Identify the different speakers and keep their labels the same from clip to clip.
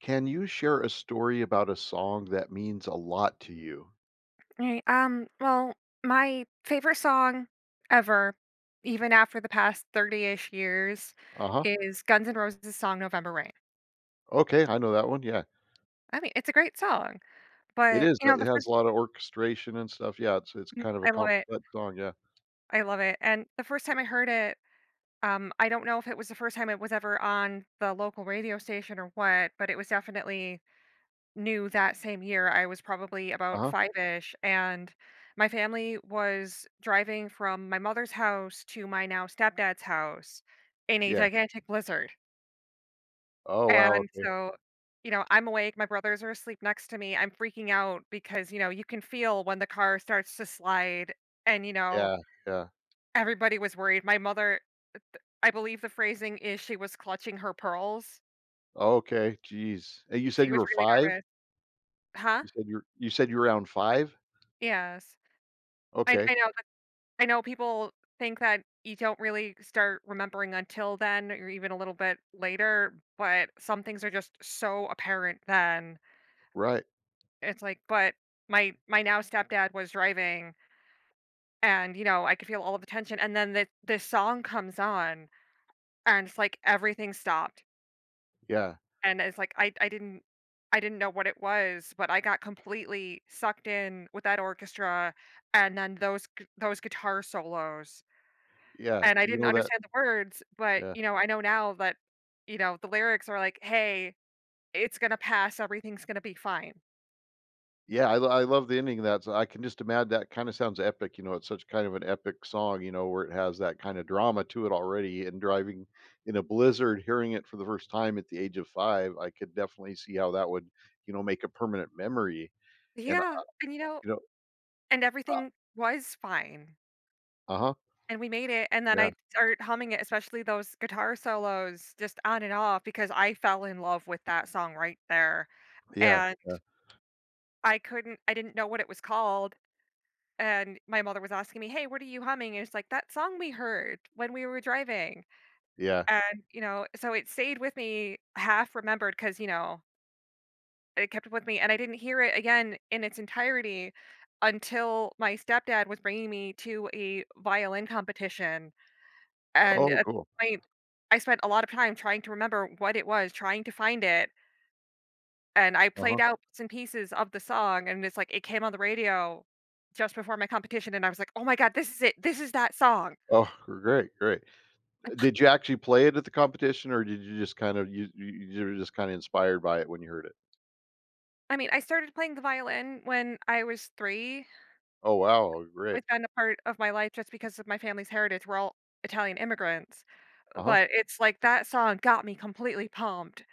Speaker 1: Can you share a story about a song that means a lot to you?
Speaker 2: Right. My favorite song ever, even after the past 30-ish years,
Speaker 1: Uh-huh.
Speaker 2: is Guns N' Roses' song November Rain.
Speaker 1: Okay, I know that one, yeah.
Speaker 2: I mean, it's a great song,
Speaker 1: It
Speaker 2: but
Speaker 1: is, it has a lot of orchestration and stuff, yeah, it's kind of a
Speaker 2: I love it.
Speaker 1: complex song, yeah.
Speaker 2: I love it. And the first time I heard it, I don't know if it was the first time it was ever on the local radio station or what, but it was definitely knew that same year I was probably about
Speaker 1: Uh-huh,
Speaker 2: five-ish, and my family was driving from my mother's house to my now stepdad's house in a
Speaker 1: yeah.
Speaker 2: gigantic blizzard.
Speaker 1: Oh, wow,
Speaker 2: And
Speaker 1: okay.
Speaker 2: so, I'm awake, my brothers are asleep next to me. I'm freaking out because, you know, you can feel when the car starts to slide and, you know,
Speaker 1: Yeah, yeah.
Speaker 2: everybody was worried. My mother, I believe the phrasing is she was clutching her pearls.
Speaker 1: Okay, jeez. And you said
Speaker 2: She
Speaker 1: you
Speaker 2: was
Speaker 1: were
Speaker 2: really
Speaker 1: 5?
Speaker 2: nervous. Huh?
Speaker 1: You said you are around 5?
Speaker 2: Yes. I
Speaker 1: Okay,
Speaker 2: I know I know people think that you don't really start remembering until then or even a little bit later, but some things are just so apparent then.
Speaker 1: right,
Speaker 2: It's like, but my now stepdad was driving, and you know, I could feel all of the tension, and then the this song comes on, and it's like everything stopped.
Speaker 1: yeah,
Speaker 2: And it's like I didn't know what it was, but I got completely sucked in with that orchestra, and then those guitar solos.
Speaker 1: yeah,
Speaker 2: And I
Speaker 1: you
Speaker 2: didn't
Speaker 1: know that,
Speaker 2: understand the words, but,
Speaker 1: yeah.
Speaker 2: you know, I know now that, you know, the lyrics are like, "Hey, it's gonna pass, everything's gonna be fine."
Speaker 1: Yeah, I love the ending of that, so I can just imagine that kinda sounds epic, you know, it's such kind of an epic song, you know, where it has that kinda drama to it already, and driving in a blizzard, hearing it for the first time at the age of 5, I could definitely see how that would, you know, make a permanent memory, and,
Speaker 2: Yeah, and, you know,
Speaker 1: you know,
Speaker 2: and everything was fine,
Speaker 1: uh huh,
Speaker 2: and we made it, and then
Speaker 1: yeah,
Speaker 2: I start humming it, especially those guitar solos just on and off because I fell in love with that song right there,
Speaker 1: yeah,
Speaker 2: and
Speaker 1: yeah,
Speaker 2: I didn't know what it was called, and my mother was asking me, "Hey, what are you humming?" And it's like, "That song we heard when we were driving."
Speaker 1: yeah.
Speaker 2: And, you know, so it stayed with me half remembered, because you know, it kept with me, and I didn't hear it again in its entirety until my stepdad was bringing me to a violin competition, and
Speaker 1: Oh,
Speaker 2: at
Speaker 1: cool.
Speaker 2: that point, I spent a lot of time trying to remember what it was, trying to find it, and I
Speaker 1: Uh-huh.
Speaker 2: played out bits and pieces of the song, and it's like it came on the radio just before my competition, and I was like, "Oh my god, this is it. This is that song."
Speaker 1: Oh, great, great. Did you actually play it at the competition, or did you just kind of you were just kinda inspired by it when you heard it?
Speaker 2: I mean, I started playing the violin when I was 3.
Speaker 1: Oh, wow, great.
Speaker 2: Always been a part of my life just because of my family's heritage. We're all Italian immigrants.
Speaker 1: Uh-huh,
Speaker 2: But it's like that song got me completely pumped,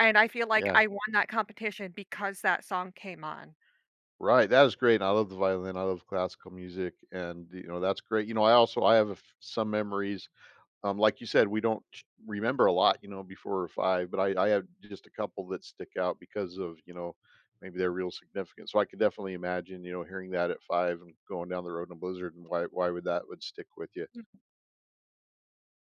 Speaker 2: and I feel like
Speaker 1: yeah.
Speaker 2: I won that competition because that song came on.
Speaker 1: Right, that is great, and I love the violin, I love classical music, and, you know, that's great. You know, I have a f some memories, like you said, we don't ch remember a lot, you know, before we're 5, but I have just a couple that stick out because of, you know, maybe they're real significant. So I could definitely imagine, you know, hearing that at 5 and going down the road in a blizzard and why would that would stick with you.
Speaker 2: M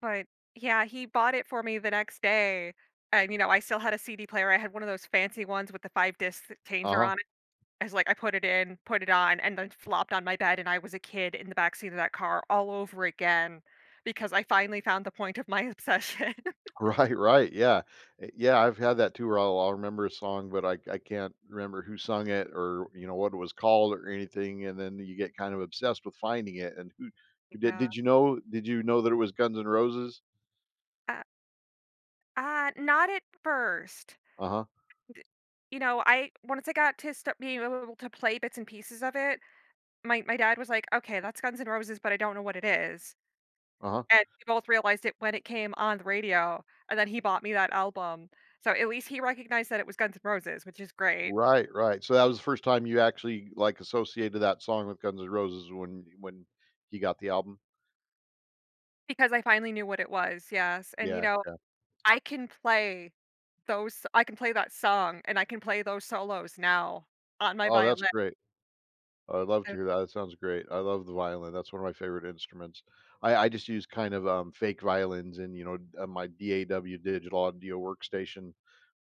Speaker 2: but, yeah, he bought it for me the next day, and, you know, I still had a CD player. I had one of those fancy ones with the 5 disc changer
Speaker 1: Uh-huh.
Speaker 2: on it. I was like, I put it in, put it on, and then flopped on my bed, and I was a kid in the backseat of that car all over again because I finally found the point of my obsession.
Speaker 1: Right, right, yeah. Yeah, I've had that too where I'll remember a song, but I can't remember who sung it or, you know, what it was called or anything, and then you get kind of obsessed with finding it and who did you know that it was Guns N' Roses?
Speaker 2: Yeah. Not at first.
Speaker 1: Uh-huh,
Speaker 2: D You know, I once I got to start being able to play bits and pieces of it, my dad was like, "Okay, that's Guns N' Roses, but I don't know what it is."
Speaker 1: uh-huh.
Speaker 2: And we both realized it when it came on the radio, and then he bought me that album. So at least he recognized that it was Guns N' Roses, which is great
Speaker 1: Right, right. So that was the first time you actually, like, associated that song with Guns N' Roses when he got the album?
Speaker 2: because I finally knew what it was, yes. And, you
Speaker 1: Yeah,
Speaker 2: know,
Speaker 1: yeah.
Speaker 2: I can play those I can play that song, and I can play those solos now on my
Speaker 1: Oh, that's
Speaker 2: violin.
Speaker 1: great. I'd love to
Speaker 2: And
Speaker 1: hear that. That sounds great. I love the violin. That's one of my favorite instruments. I just use kind of fake violins in, you know, my DAW, digital audio workstation.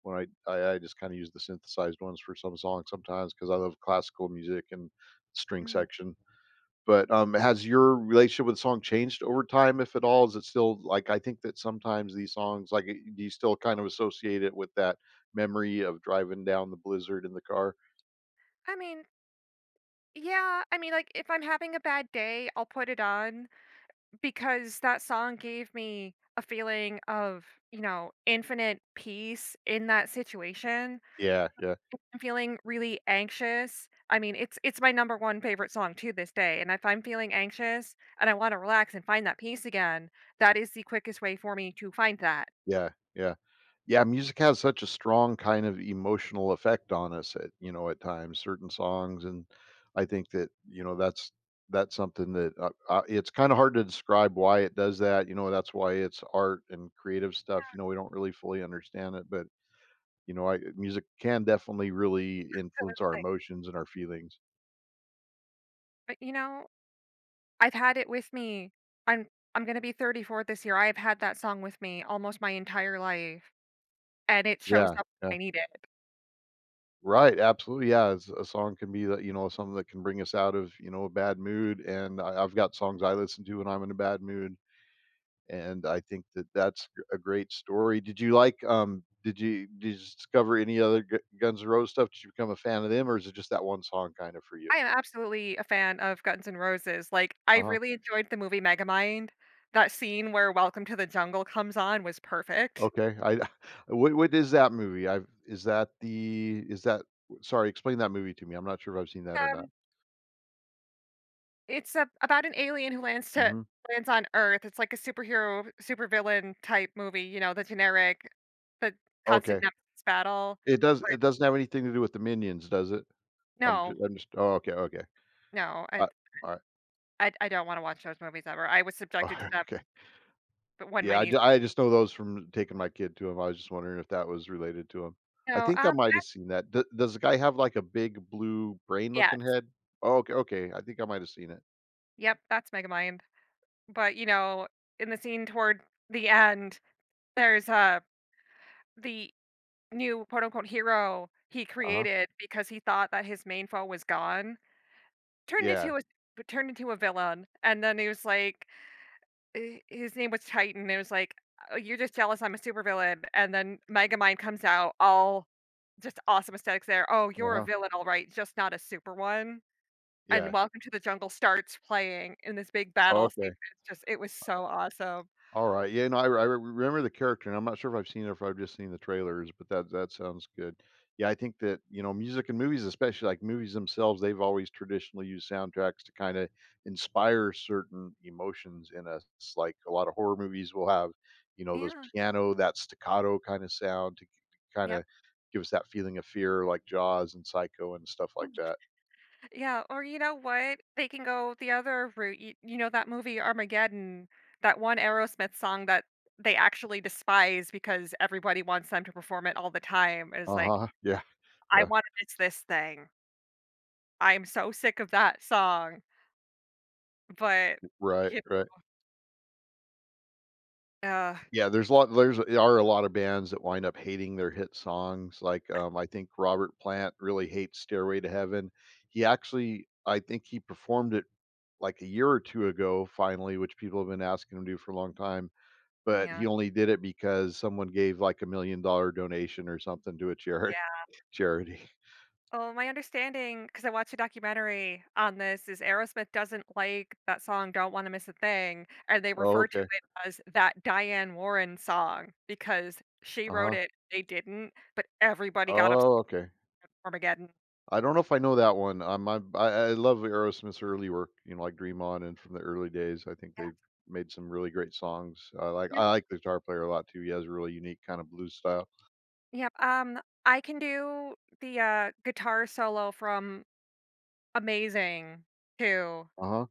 Speaker 1: When I just kind of use the synthesized ones for some songs sometimes because I love classical music and string
Speaker 2: mhm.
Speaker 1: section. But has your relationship with the song changed over time, if at all? Is it still like I think that sometimes these songs, like, do you still kind of associate it with that memory of driving down the blizzard in the car?
Speaker 2: I mean Yeah, I mean, like, if I'm having a bad day, I'll put it on because that song gave me a feeling of, you know, infinite peace in that situation.
Speaker 1: Yeah, yeah,
Speaker 2: If I'm feeling really anxious. I mean, it's my number one favorite song to this day. And if I'm feeling anxious and I want to relax and find that peace again, that is the quickest way for me to find that.
Speaker 1: yeah, yeah. Yeah, music has such a strong kind of emotional effect on us at, you know, at times, certain songs, and I think that, you know, that's something that, it's kinda hard to describe why it does that, you know, that's why it's art and creative stuff, you know, we don't really fully understand it, but, you know, I music can definitely really influence our
Speaker 2: Like,
Speaker 1: emotions and our feelings.
Speaker 2: but you know, I've had it with me. I'm I'm gonna be 34 this year. I have had that song with me almost my entire life. And it shows
Speaker 1: Yeah,
Speaker 2: up
Speaker 1: yeah.
Speaker 2: when I need it.
Speaker 1: Right, absolutely, yeah, it's a song can be that, you know, something that can bring us out of, you know, a bad mood, and I've got songs I listen to when I'm in a bad mood. And I think that that's g a great story. Did you like, did you discover any other Gu Guns N' Roses stuff? Did you become a fan of them, or is it just that one song kinda for you?
Speaker 2: I am absolutely a fan of Guns N' Roses. Like, I
Speaker 1: Uh-huh.
Speaker 2: really enjoyed the movie Megamind. That scene where Welcome to the Jungle comes on was perfect.
Speaker 1: Okay. I what is that movie? I is that the is that Sorry, explain that movie to me. I'm not sure if I've seen that or not.
Speaker 2: Um, it's a about an alien who
Speaker 1: Mhm.
Speaker 2: lands on Earth. It's like a superhero, supervillain type movie, you know, the generic, the constant
Speaker 1: Okay.
Speaker 2: nemesis battle, but
Speaker 1: It doesn't have anything to do with the Minions, does it?
Speaker 2: no,
Speaker 1: I'm just oh, okay, okay.
Speaker 2: no, I
Speaker 1: Uh, alright.
Speaker 2: I I don't wanna watch those movies ever. I was subjected to them,
Speaker 1: Okay.
Speaker 2: but when my
Speaker 1: Yeah,
Speaker 2: niece
Speaker 1: I just know those from taking my kid to him. I was just wondering if that was related to him. I
Speaker 2: No,
Speaker 1: think I might have seen that. D Does the guy have, like, a big blue
Speaker 2: yeah,
Speaker 1: brain-looking head? Oh, okay, okay, I think I might have seen it.
Speaker 2: yep, that's Megamind. But, you know, in the scene toward the end, there's, the new quote unquote hero he
Speaker 1: Uh-huh.
Speaker 2: created because he thought that his main foe was gone, turned
Speaker 1: Yeah.
Speaker 2: into a turned into a villain, and then he was like, h his name was Titan. It was like, "Oh, you're just jealous I'm a supervillain," and then Megamind comes out all just awesome aesthetics there, "Oh, you're a
Speaker 1: Uh-huh.
Speaker 2: villain, all right, just not a super one,"
Speaker 1: Yeah.
Speaker 2: and Welcome to the Jungle starts playing in this big
Speaker 1: Oh,
Speaker 2: battle scene.
Speaker 1: okay.
Speaker 2: It's just it was so awesome.
Speaker 1: Alright, yeah, no, I remember the character, and I'm not sure if I've seen it or if I've just seen the trailers, but that sounds good. Yeah, I think that, you know, music and movies, especially, like, movies themselves, they've always traditionally used soundtracks to kinda inspire certain emotions in us. Like, a lot of horror movies will have, you know, those
Speaker 2: Yeah,
Speaker 1: piano, that staccato kinda sound to kinda
Speaker 2: yep.
Speaker 1: give us that feeling of fear, like Jaws and Psycho and stuff like that.
Speaker 2: Yeah, or you know what? They can go the other route. You know that movie Armageddon, that one Aerosmith song that they actually despise because everybody wants them to perform it all the time is like,
Speaker 1: Uh-huh, yeah,
Speaker 2: I
Speaker 1: yeah,
Speaker 2: want to miss this thing. I'm so sick of that song. But
Speaker 1: right,
Speaker 2: you,
Speaker 1: right.
Speaker 2: uh,
Speaker 1: Yeah, there are a lot of bands that wind up hating their hit songs, like, I think Robert Plant really hates "Stairway to Heaven." He actually I think he performed it, like, a year or 2 ago finally, which people have been asking him to do for a long time, but
Speaker 2: yeah,
Speaker 1: he only did it because someone gave, like, a $1,000,000 donation or something to a charity,
Speaker 2: yeah.
Speaker 1: charity.
Speaker 2: Oh, my understanding, because I watched a documentary on this, is Aerosmith doesn't like that song "Don't Want to Miss a Thing," and they
Speaker 1: Oh,
Speaker 2: refer to
Speaker 1: okay.
Speaker 2: it as that Diane Warren song because she wrote
Speaker 1: Uh-huh.
Speaker 2: it, they didn't, but everybody got upset
Speaker 1: Oh, okay.
Speaker 2: at Armageddon.
Speaker 1: I don't know if I know that one. I love Aerosmith's early work, you know, like Dream On and from the early days. I think they've made some really great songs.
Speaker 2: Yep,
Speaker 1: I like the guitar player a lot too. He has a really unique kind of blues style.
Speaker 2: yep. I can do the guitar solo from "Amazing" too,
Speaker 1: Uh-huh.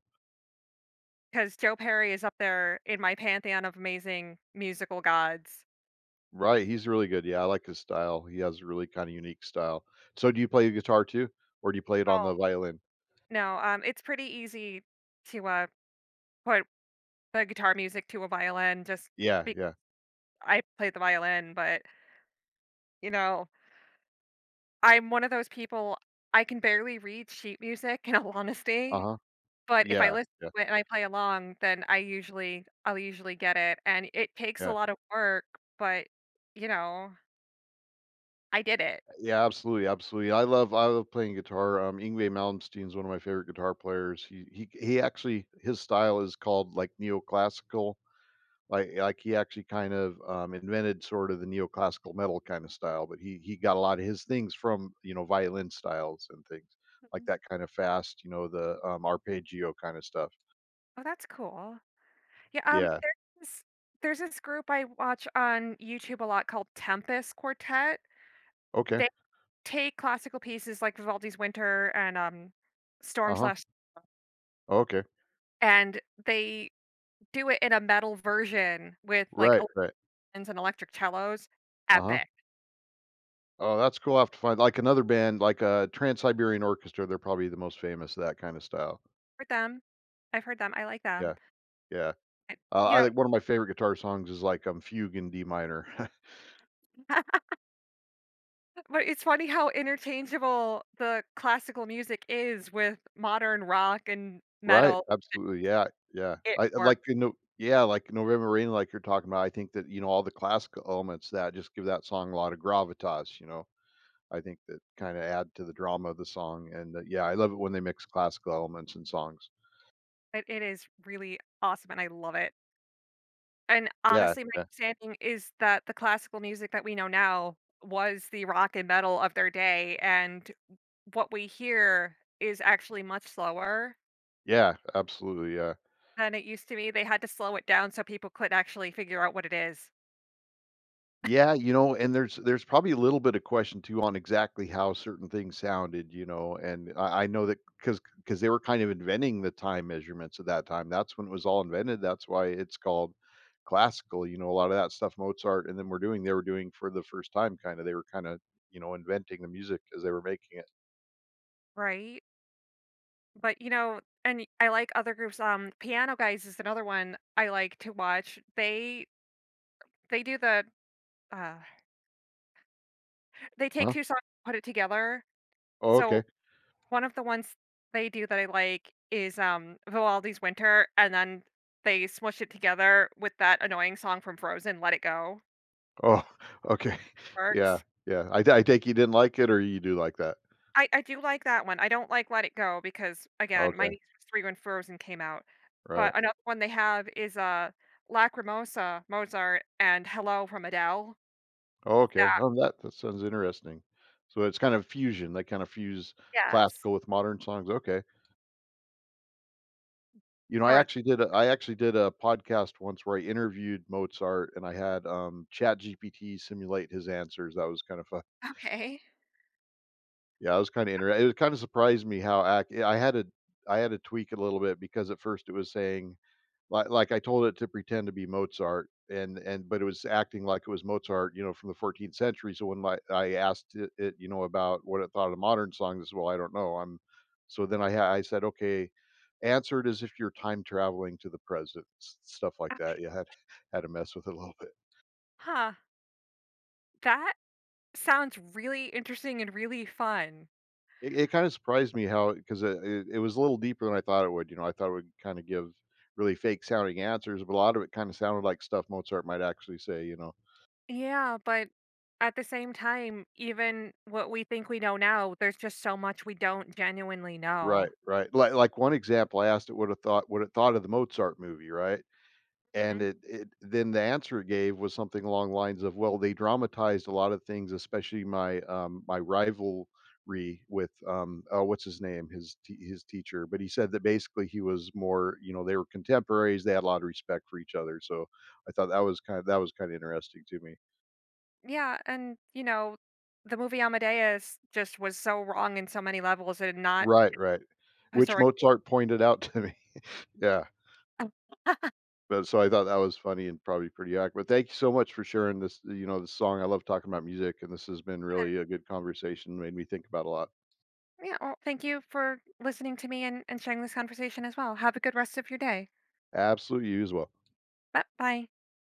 Speaker 2: because Joe Perry is up there in my pantheon of amazing musical gods.
Speaker 1: Right, he's really good. Yeah, I like his style. He has a really kind of unique style. So do you play the guitar too? Or do you play it on
Speaker 2: Oh
Speaker 1: the violin?
Speaker 2: no, it's pretty easy to put the guitar music to a violin just
Speaker 1: Yeah,
Speaker 2: be
Speaker 1: yeah.
Speaker 2: I play the violin, but, you know, I'm one of those people, I can barely read sheet music in all honesty,
Speaker 1: Uh-huh.
Speaker 2: but if I
Speaker 1: Yeah,
Speaker 2: listen
Speaker 1: yeah,
Speaker 2: to it and I play along, then I'll usually get it, and it takes a
Speaker 1: yeah.
Speaker 2: lot of work, but, you know, I did it.
Speaker 1: Yeah, absolutely, absolutely. I love playing guitar. Yngwie Malmsteen is one of my favorite guitar players. He actually, his style is called like neoclassical. Like he actually kind of invented sort of the neoclassical metal kind of style, but he got a lot of his things from, you know, violin styles and things like
Speaker 2: Mhm.
Speaker 1: that, kind of fast, you know, the arpeggio kind of stuff.
Speaker 2: Oh, that's cool. Yeah,
Speaker 1: Yeah.
Speaker 2: this there's this group I watch on YouTube a lot called Tempest Quartet.
Speaker 1: Okay.
Speaker 2: They take classical pieces like Vivaldi's Winter and, Storm/
Speaker 1: Uh huh.
Speaker 2: slash.
Speaker 1: Okay.
Speaker 2: And they do it in a metal version with, like,
Speaker 1: Right. Right.
Speaker 2: violins and electric cellos.
Speaker 1: Uh huh.
Speaker 2: Epic.
Speaker 1: Oh, that's cool. I have to find like another band, like a Trans-Siberian Orchestra, they're probably the most famous of that kinda style.
Speaker 2: Heard them. I've heard them, I like them.
Speaker 1: Yeah, yeah.
Speaker 2: And, you
Speaker 1: I
Speaker 2: know,
Speaker 1: think one of my favorite guitar songs is like, Fugue in D minor.
Speaker 2: but it's funny how interchangeable the classical music is with modern rock and
Speaker 1: Right,
Speaker 2: metal.
Speaker 1: absolutely, yeah, yeah.
Speaker 2: It
Speaker 1: I like,
Speaker 2: works.
Speaker 1: you know, yeah, like November Rain, like you're talking about, I think that, you know, all the classical elements that just give that song a lot of gravitas, you know? I think that kinda add to the drama of the song, and, yeah, I love it when they mix classical elements in songs.
Speaker 2: It is really awesome, and I love it. And,
Speaker 1: Yeah,
Speaker 2: honestly, my
Speaker 1: yeah,
Speaker 2: understanding is that the classical music that we know now was the rock and metal of their day, and what we hear is actually much slower
Speaker 1: yeah, absolutely, yeah.
Speaker 2: than it used to be. They had to slow it down so people could actually figure out what it is,
Speaker 1: Yeah, you know, and there's probably a little bit of question too on exactly how certain things sounded, you know, and I know that because they were kind of inventing the time measurements at that time. That's when it was all invented. That's why it's called classical. You know, a lot of that stuff Mozart and then we're doing they were doing for the first time, kind of. They were kind of, you know, inventing the music as they were making it.
Speaker 2: right? But you know, I like other groups. Piano Guys is another one I like to watch. They do the uh, they take
Speaker 1: Huh?
Speaker 2: two songs and put it together.
Speaker 1: Oh, okay.
Speaker 2: So one of the ones they do that I like is Vivaldi's Winter, and then they smush it together with that annoying song from Frozen, Let It Go.
Speaker 1: Oh, okay. Yeah,
Speaker 2: Works.
Speaker 1: yeah. I take you didn't like it, or you do like that.
Speaker 2: I do like that one. I don't like Let It Go because, again, my
Speaker 1: Okay,
Speaker 2: niece was 3 when Frozen came out.
Speaker 1: right.
Speaker 2: But another one they have is, Lacrimosa, Mozart, and Hello from Adele. That
Speaker 1: Okay. Oh, that sounds interesting. So it's kind of fusion. They kind of fuse
Speaker 2: yes.
Speaker 1: classical with modern songs. Okay. You know,
Speaker 2: Or
Speaker 1: I actually did a podcast once where I interviewed Mozart and I had Chat GPT simulate his answers. That was kind of fun.
Speaker 2: okay.
Speaker 1: Yeah, it was kind of interesting. It kind of surprised me how I had to tweak it a little bit because at first it was saying. Like, I told it to pretend to be Mozart and but it was acting like it was Mozart, you know, from the 14th century. So when my I asked it, you know, about what it thought of modern songs, as "Well, I don't know." I'm So then I said, "Okay, answer it as if you're time traveling to the present." S Stuff like that. You had to mess with it a little bit.
Speaker 2: Huh. That sounds really interesting and really fun.
Speaker 1: It kinda surprised me how, 'cause it was a little deeper than I thought it would, you know, I thought it would kinda give really fake sounding answers, but a lot of it kinda sounded like stuff Mozart might actually say, you know?
Speaker 2: Yeah, but at the same time, even what we think we know now, there's just so much we don't genuinely know.
Speaker 1: Right, right. Like one example, I asked it what it thought, what it thought of the Mozart movie, right? And
Speaker 2: Mhm.
Speaker 1: it then the answer it gave was something along the lines of, "Well, they dramatized a lot of things, especially my my rivalry with what's his name, his teacher." But he said that basically he was more, you know, they were contemporaries, they had a lot of respect for each other. So I thought that was kind of interesting to me.
Speaker 2: Yeah, and you know, the movie Amadeus just was so wrong in so many levels and not
Speaker 1: Right, right. Which
Speaker 2: historic.
Speaker 1: Mozart pointed out to me. Yeah. But so I thought that was funny and probably pretty accurate. Thank you so much for sharing this song. I love talking about music, and this has been really a good conversation, made me think about a lot.
Speaker 2: Yeah, well, thank you for listening to me and sharing this conversation as well. Have a good rest of your day.
Speaker 1: Absolutely, you as well.
Speaker 2: Bye bye.